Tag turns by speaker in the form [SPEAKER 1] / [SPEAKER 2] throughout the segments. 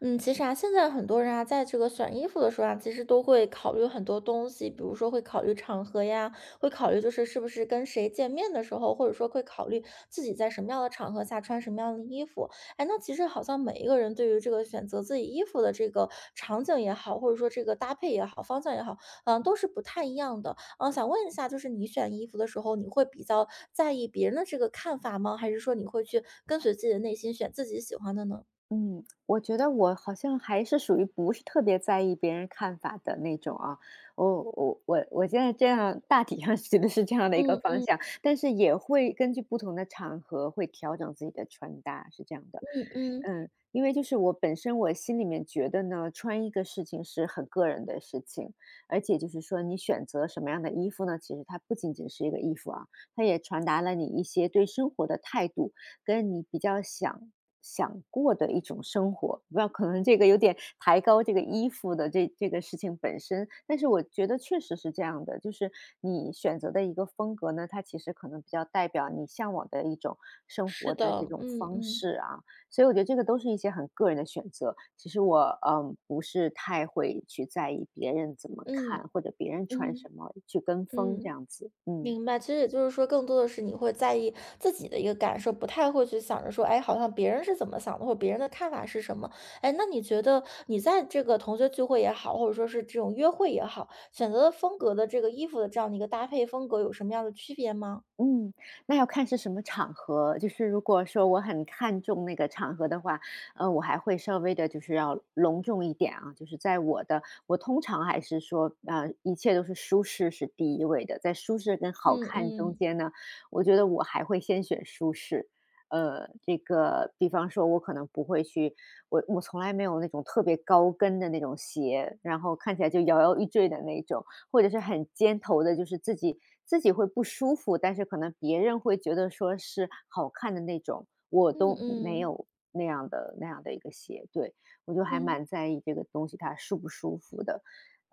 [SPEAKER 1] 嗯，其实啊，现在很多人啊，在这个选衣服的时候啊，其实都会考虑很多东西，比如说会考虑场合呀，会考虑就是是不是跟谁见面的时候，或者说会考虑自己在什么样的场合下穿什么样的衣服。哎，那其实好像每一个人对于这个选择自己衣服的这个场景也好，或者说这个搭配也好，方向也好，都是不太一样的。嗯，想问一下，就是你选衣服的时候，你会比较在意别人的这个看法吗？还是说你会去跟随自己的内心选自己喜欢的呢？
[SPEAKER 2] 嗯，我觉得我好像还是属于不是特别在意别人看法的那种啊，我现在这样大体上觉得是这样的一个
[SPEAKER 1] 嗯
[SPEAKER 2] 方
[SPEAKER 1] 嗯
[SPEAKER 2] 向，但是也会根据不同的场合会调整自己的穿搭，是这样的。
[SPEAKER 1] 嗯嗯。
[SPEAKER 2] 嗯，因为就是我本身我心里面觉得呢，穿一个事情是很个人的事情，而且就是说你选择什么样的衣服呢，其实它不仅仅是一个衣服啊，它也传达了你一些对生活的态度，跟你比较想过的一种生活。不知道可能这个有点抬高这个衣服的这个事情本身，但是我觉得确实是这样的，就是你选择的一个风格呢，它其实可能比较代表你向往的一种生
[SPEAKER 1] 是
[SPEAKER 2] 活的这
[SPEAKER 1] 的，
[SPEAKER 2] 种
[SPEAKER 1] 嗯
[SPEAKER 2] 方
[SPEAKER 1] 嗯
[SPEAKER 2] 式啊。所以我觉得这个都是一些很个人的选择。其实我不是太会去在意别人怎么
[SPEAKER 1] 嗯
[SPEAKER 2] 看，或者别人穿
[SPEAKER 1] 嗯
[SPEAKER 2] 什么去跟风这
[SPEAKER 1] 嗯，
[SPEAKER 2] 样子。嗯。
[SPEAKER 1] 明白。其实也就是说，更多的是你会在意自己的一个感受，不太会去想着说，哎，好像别人是怎么想的，或者别人的看法是什么。哎，那你觉得你在这个同学聚会也好，或者说是这种约会也好，选择的风格的这个衣服的这样的一个搭配风格有什么样的区别吗？
[SPEAKER 2] 嗯，那要看是什么场合。就是如果说我很看重那个场合的话，我还会稍微的，就是要隆重一点啊。就是在我的，我通常还是说，一切都是舒适是第一位的，在舒适跟好
[SPEAKER 1] 嗯
[SPEAKER 2] 看中
[SPEAKER 1] 嗯
[SPEAKER 2] 间呢，我觉得我还会先选舒适。这个比方说我可能不会去我从来没有那种特别高跟的那种鞋，然后看起来就摇摇欲坠的那种，或者是很尖头的，就是自己会不舒服，但是可能别人会觉得说是好看的那种，我
[SPEAKER 1] 嗯
[SPEAKER 2] 都没
[SPEAKER 1] 嗯
[SPEAKER 2] 有那样的一个鞋，对。我就还
[SPEAKER 1] 嗯，
[SPEAKER 2] 蛮在意这个东西它舒不舒服的。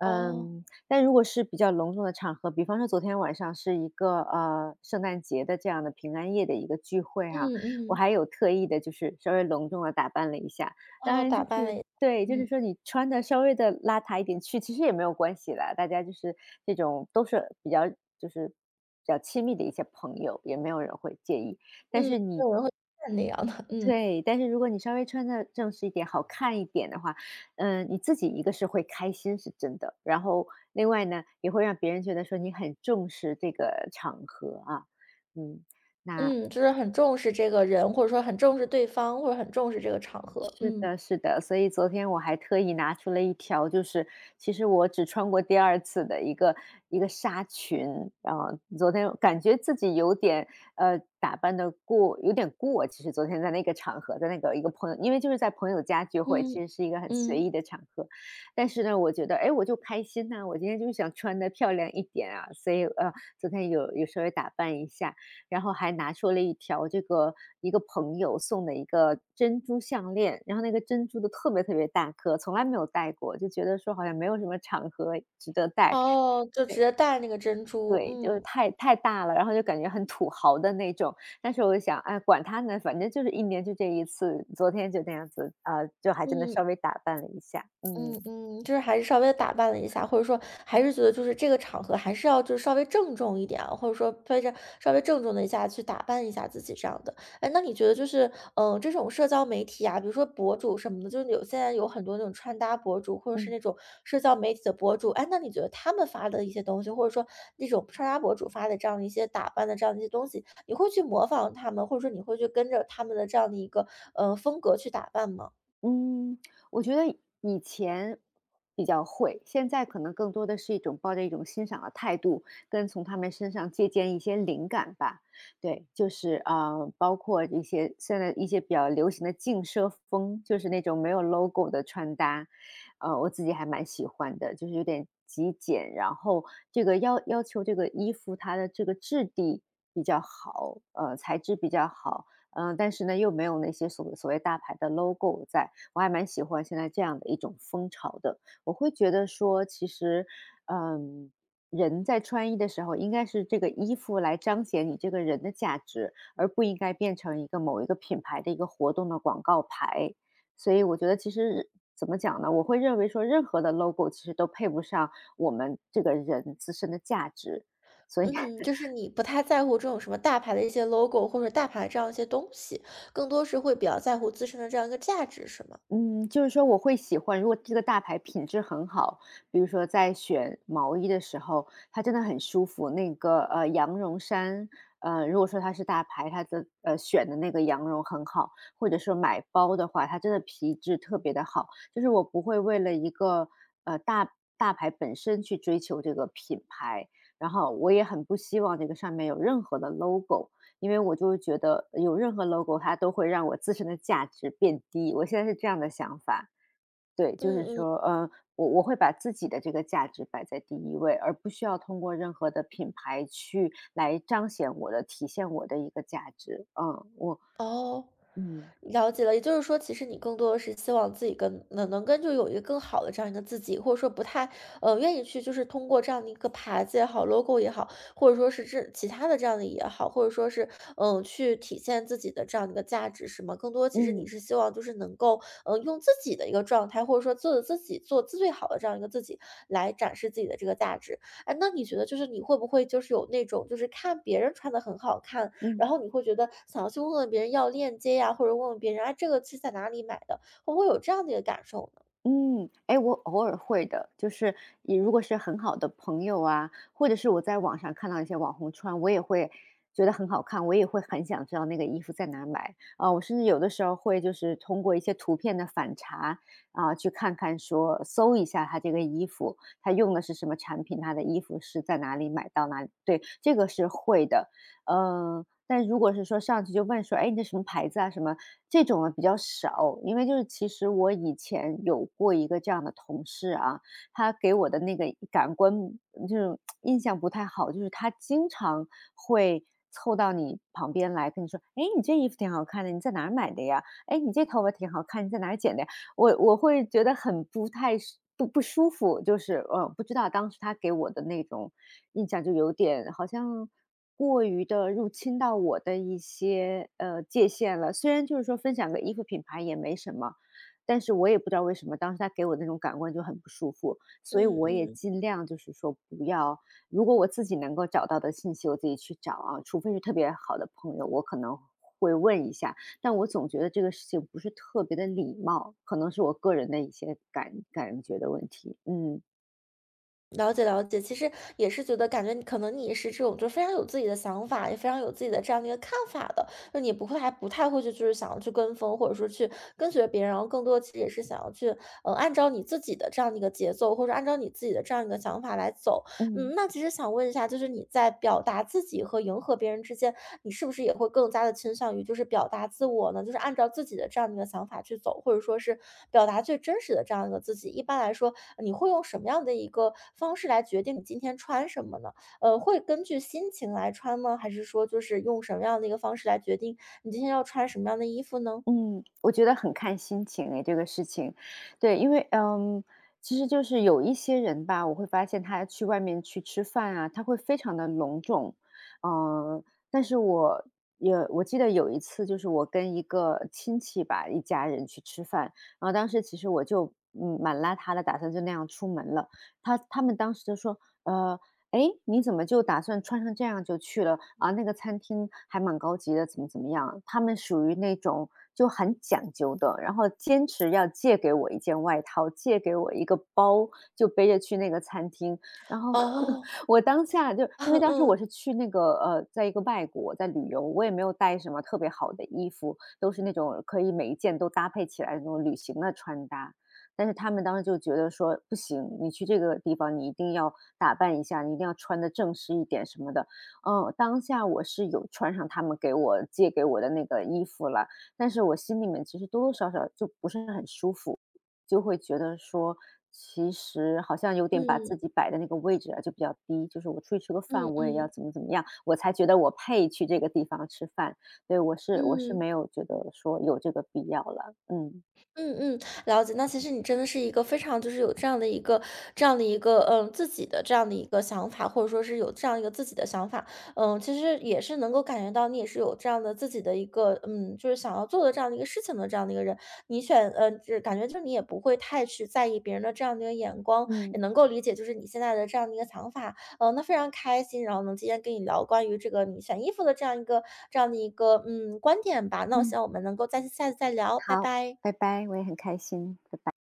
[SPEAKER 1] 哦，
[SPEAKER 2] 但如果是比较隆重的场合，比方说昨天晚上是一个，圣诞节的这样的平安夜的一个聚会啊，
[SPEAKER 1] 嗯
[SPEAKER 2] 我
[SPEAKER 1] 嗯，
[SPEAKER 2] 还有特意的，就是稍微隆重的打扮了一下。当
[SPEAKER 1] 哦，
[SPEAKER 2] 然
[SPEAKER 1] 打
[SPEAKER 2] 就
[SPEAKER 1] 扮了
[SPEAKER 2] 是
[SPEAKER 1] 一下。
[SPEAKER 2] 对，就
[SPEAKER 1] 嗯
[SPEAKER 2] 是说你穿的稍微的邋遢一点去，其实也没有关系啦，大家就是这种都是比较就是比较亲密的一些朋友，也没有人会介意。但
[SPEAKER 1] 嗯，
[SPEAKER 2] 是
[SPEAKER 1] 没
[SPEAKER 2] 你
[SPEAKER 1] 有人会看那样的，嗯。
[SPEAKER 2] 对，但是如果你稍微穿的正式一点、好看一点的话，嗯，你自己一个是会开心是真的，然后另外呢，也会让别人觉得说你很重视这个场合啊，嗯。
[SPEAKER 1] 嗯，就是很重视这个人，或者说很重视对方，或者很重视这个场合。
[SPEAKER 2] 是
[SPEAKER 1] 嗯，
[SPEAKER 2] 的，是的，所以昨天我还特意拿出了一条，就是其实我只穿过第二次的一个纱裙，然后昨天感觉自己有点，打扮的有点过，其实昨天在那个场合，在那个一个朋友因为就是在朋友家聚会，其
[SPEAKER 1] 嗯，
[SPEAKER 2] 实是一个很随
[SPEAKER 1] 嗯，
[SPEAKER 2] 意的场合。但是呢，我觉得，哎我就开心呐，我今天就是想穿的漂亮一点啊，所以，昨天有稍微打扮一下。然后还拿出了一条这个一个朋友送的一个珍珠项链，然后那个珍珠都特别大颗，从来没有戴过，就觉得说好像没有什么场合值得戴。
[SPEAKER 1] 哦，就直接戴那个珍珠
[SPEAKER 2] 对，就是太大了，然后就感觉很土豪的那种。但是我就想，哎，管他呢，反正就是一年就这一次，昨天就那样子，啊，就还真的
[SPEAKER 1] 嗯。
[SPEAKER 2] 稍微打扮了一下，嗯，
[SPEAKER 1] 嗯嗯，就是还是稍微打扮了一下，或者说还是觉得就是这个场合还是要就是稍微郑重一点啊，或者说非着稍微郑重的一下去打扮一下自己这样的。哎，那你觉得就是这种社交媒体啊，比如说博主什么的，就是有现在有很多那种穿搭博主，或者是
[SPEAKER 2] 嗯。
[SPEAKER 1] 那种社交媒体的博主，哎，那你觉得他们发的一些东西，或者说那种穿搭博主发的这样的一些打扮的这样的一些东西，你会去模仿他们，或者说你会去跟着他们的这样的一个风格去打扮吗？
[SPEAKER 2] 嗯，我觉得以前比较会，现在可能更多的是一种抱着一种欣赏的态度，跟从他们身上借鉴一些灵感吧。对，就是包括一些现在一些比较流行的竞奢风，就是那种没有 logo 的穿搭，我自己还蛮喜欢的，就是有点极简，然后这个要求这个衣服它的这个质地比较好，材质比较好，嗯、但是呢又没有那些所谓大牌的 logo 在。我还蛮喜欢现在这样的一种风潮的。我会觉得说，其实，嗯，人在穿衣的时候，应该是这个衣服来彰显你这个人的价值，而不应该变成一个某一个品牌的一个活动的广告牌。所以我觉得其实怎么讲呢？我会认为说，任何的 logo 其实都配不上我们这个人自身的价值，所以
[SPEAKER 1] 嗯，就是你不太在乎这种什么大牌的一些 logo 或者大牌这样一些东西，更多是会比较在乎自身的这样一个价值，是吗？
[SPEAKER 2] 嗯，就是说我会喜欢，如果这个大牌品质很好，比如说在选毛衣的时候，它真的很舒服。那个羊绒衫，如果说它是大牌，它的选的那个羊绒很好，或者说买包的话，它真的皮质特别的好。就是我不会为了一个呃大大牌本身去追求这个品牌，然后我也很不希望这个上面有任何的 logo，因为我就是觉得有任何 logo 它都会让我自身的价值变低，我现在是这样的想法。对，就
[SPEAKER 1] 嗯
[SPEAKER 2] 是
[SPEAKER 1] 嗯。
[SPEAKER 2] 说，嗯，我会把自己的这个价值摆在第一位，而不需要通过任何的品牌去来彰显我的、体现我的一个价值。嗯，我
[SPEAKER 1] 哦，
[SPEAKER 2] 嗯
[SPEAKER 1] 了解了。也就是说，其实你更多的是希望自己跟能跟就有一个更好的这样一个自己，或者说不太愿意去，就是通过这样的一个牌子也好，logo 也好，或者说是这其他的这样的也好，或者说是去体现自己的这样一个价值，是吗？更多其实你
[SPEAKER 2] 嗯
[SPEAKER 1] 是希望就是能够用自己的一个状态，或者说做自己做最好的这样一个自己来展示自己的这个价值。哎，那你觉得就是你会不会就是有那种就是看别人穿的很好看，
[SPEAKER 2] 嗯。
[SPEAKER 1] 然后你会觉得想要去问问别人要链接呀，或者问问别人啊，这个是在哪里买的，会不会有这样的一个感受呢？
[SPEAKER 2] 嗯，哎，我偶尔会的，就是你如果是很好的朋友啊，或者是我在网上看到一些网红穿，我也会觉得很好看，我也会很想知道那个衣服在哪买啊。我甚至有的时候会就是通过一些图片的反查啊，去看看说搜一下他这个衣服，他用的是什么产品，他的衣服是在哪里买到哪里。对，这个是会的。嗯，但如果是说上去就问说：“哎，你这什么牌子啊？”什么这种啊比较少。因为就是其实我以前有过一个这样的同事啊，他给我的那个感官就是印象不太好，就是他经常会凑到你旁边来跟你说：“哎，你这衣服挺好看的，你在哪儿买的呀？哎，你这头发挺好看，你在哪儿剪的呀？”我会觉得很不舒服，就是，不知道当时他给我的那种印象就有点好像过于的入侵到我的一些，界限了。虽然就是说分享个衣服品牌也没什么，但是我也不知道为什么当时他给我那种感官就很不舒服，所以
[SPEAKER 1] 嗯
[SPEAKER 2] 我也
[SPEAKER 1] 嗯，
[SPEAKER 2] 尽量就是说不要如果我自己能够找到的信息我自己去找啊，除非是特别好的朋友，我可能会问一下，但我总觉得这个事情不是特别的礼貌，可能是我个人的一些感觉的问题，嗯。
[SPEAKER 1] 了解了解，其实也是觉得感觉你可能你也是这种，就非常有自己的想法，也非常有自己的这样的一个看法的，就你不会还不太会去就是想要去跟风，或者说去跟随别人，然后更多其实也是想要去，按照你自己的这样的一个节奏，或者按照你自己的这样一个想法来走，
[SPEAKER 2] 嗯。
[SPEAKER 1] 嗯，那其实想问一下，就是你在表达自己和迎合别人之间，你是不是也会更加的倾向于就是表达自我呢？就是按照自己的这样的一个想法去走，或者说是表达最真实的这样一个自己。一般来说，你会用什么样的一个方式来决定你今天穿什么呢？会根据心情来穿吗？还是说就是用什么样的一个方式来决定你今天要穿什么样的衣服呢？
[SPEAKER 2] 嗯，我觉得很看心情诶，这个事情。对，因为嗯，其实就是有一些人吧，我会发现他去外面去吃饭啊，他会非常的隆重。嗯，但是我也我记得有一次就是我跟一个亲戚吧，一家人去吃饭，然后当时其实我就，嗯，蛮邋遢的，打算就那样出门了。他们当时就说：“呃，哎，你怎么就打算穿成这样就去了？啊，那个餐厅还蛮高级的，怎么怎么样？他们属于那种就很讲究的，然后坚持要借给我一件外套，借给我一个包，就背着去那个餐厅。然后
[SPEAKER 1] 哦，
[SPEAKER 2] 我当下就因为当时我是 去那个在一个外国在旅游，我也没有带什么特别好的衣服，都是那种可以每一件都搭配起来的那种旅行的穿搭。但是他们当时就觉得说不行，你去这个地方你一定要打扮一下，你一定要穿的正式一点什么的。嗯，当下我是有穿上他们借给我的那个衣服了，但是我心里面其实多多少少就不是很舒服，就会觉得说，其实好像有点把
[SPEAKER 1] 嗯，
[SPEAKER 2] 自
[SPEAKER 1] 嗯，
[SPEAKER 2] 己摆的那个位置啊就比较低，就是我出去吃个
[SPEAKER 1] 嗯嗯
[SPEAKER 2] 饭，我也要
[SPEAKER 1] 嗯，
[SPEAKER 2] 怎么怎么样，我才觉得我配去这个地方吃饭。对，我是
[SPEAKER 1] 嗯。
[SPEAKER 2] 没有觉得说有这个必要了，嗯。
[SPEAKER 1] 嗯嗯，了解。那其实你真的是一个非常就是有这样的一个自己的这样的一个想法，或者说是有这样一个自己的想法，其实也是能够感觉到你也是有这样的自己的一个就是想要做的这样的一个事情的这样的一个人。你选嗯，就是感觉就是你也不会太去在意别人的这样的一个眼光，也
[SPEAKER 2] 嗯
[SPEAKER 1] 能够理解就是你现在的这样的一个想法，那非常开心，然后能今天跟你聊关于这个你选衣服的这样一个这样的一个嗯观点吧。那我希
[SPEAKER 2] 嗯。
[SPEAKER 1] 望我们能够再下次再聊，拜
[SPEAKER 2] 好，
[SPEAKER 1] 拜。
[SPEAKER 2] 拜拜，我也很开心，拜拜。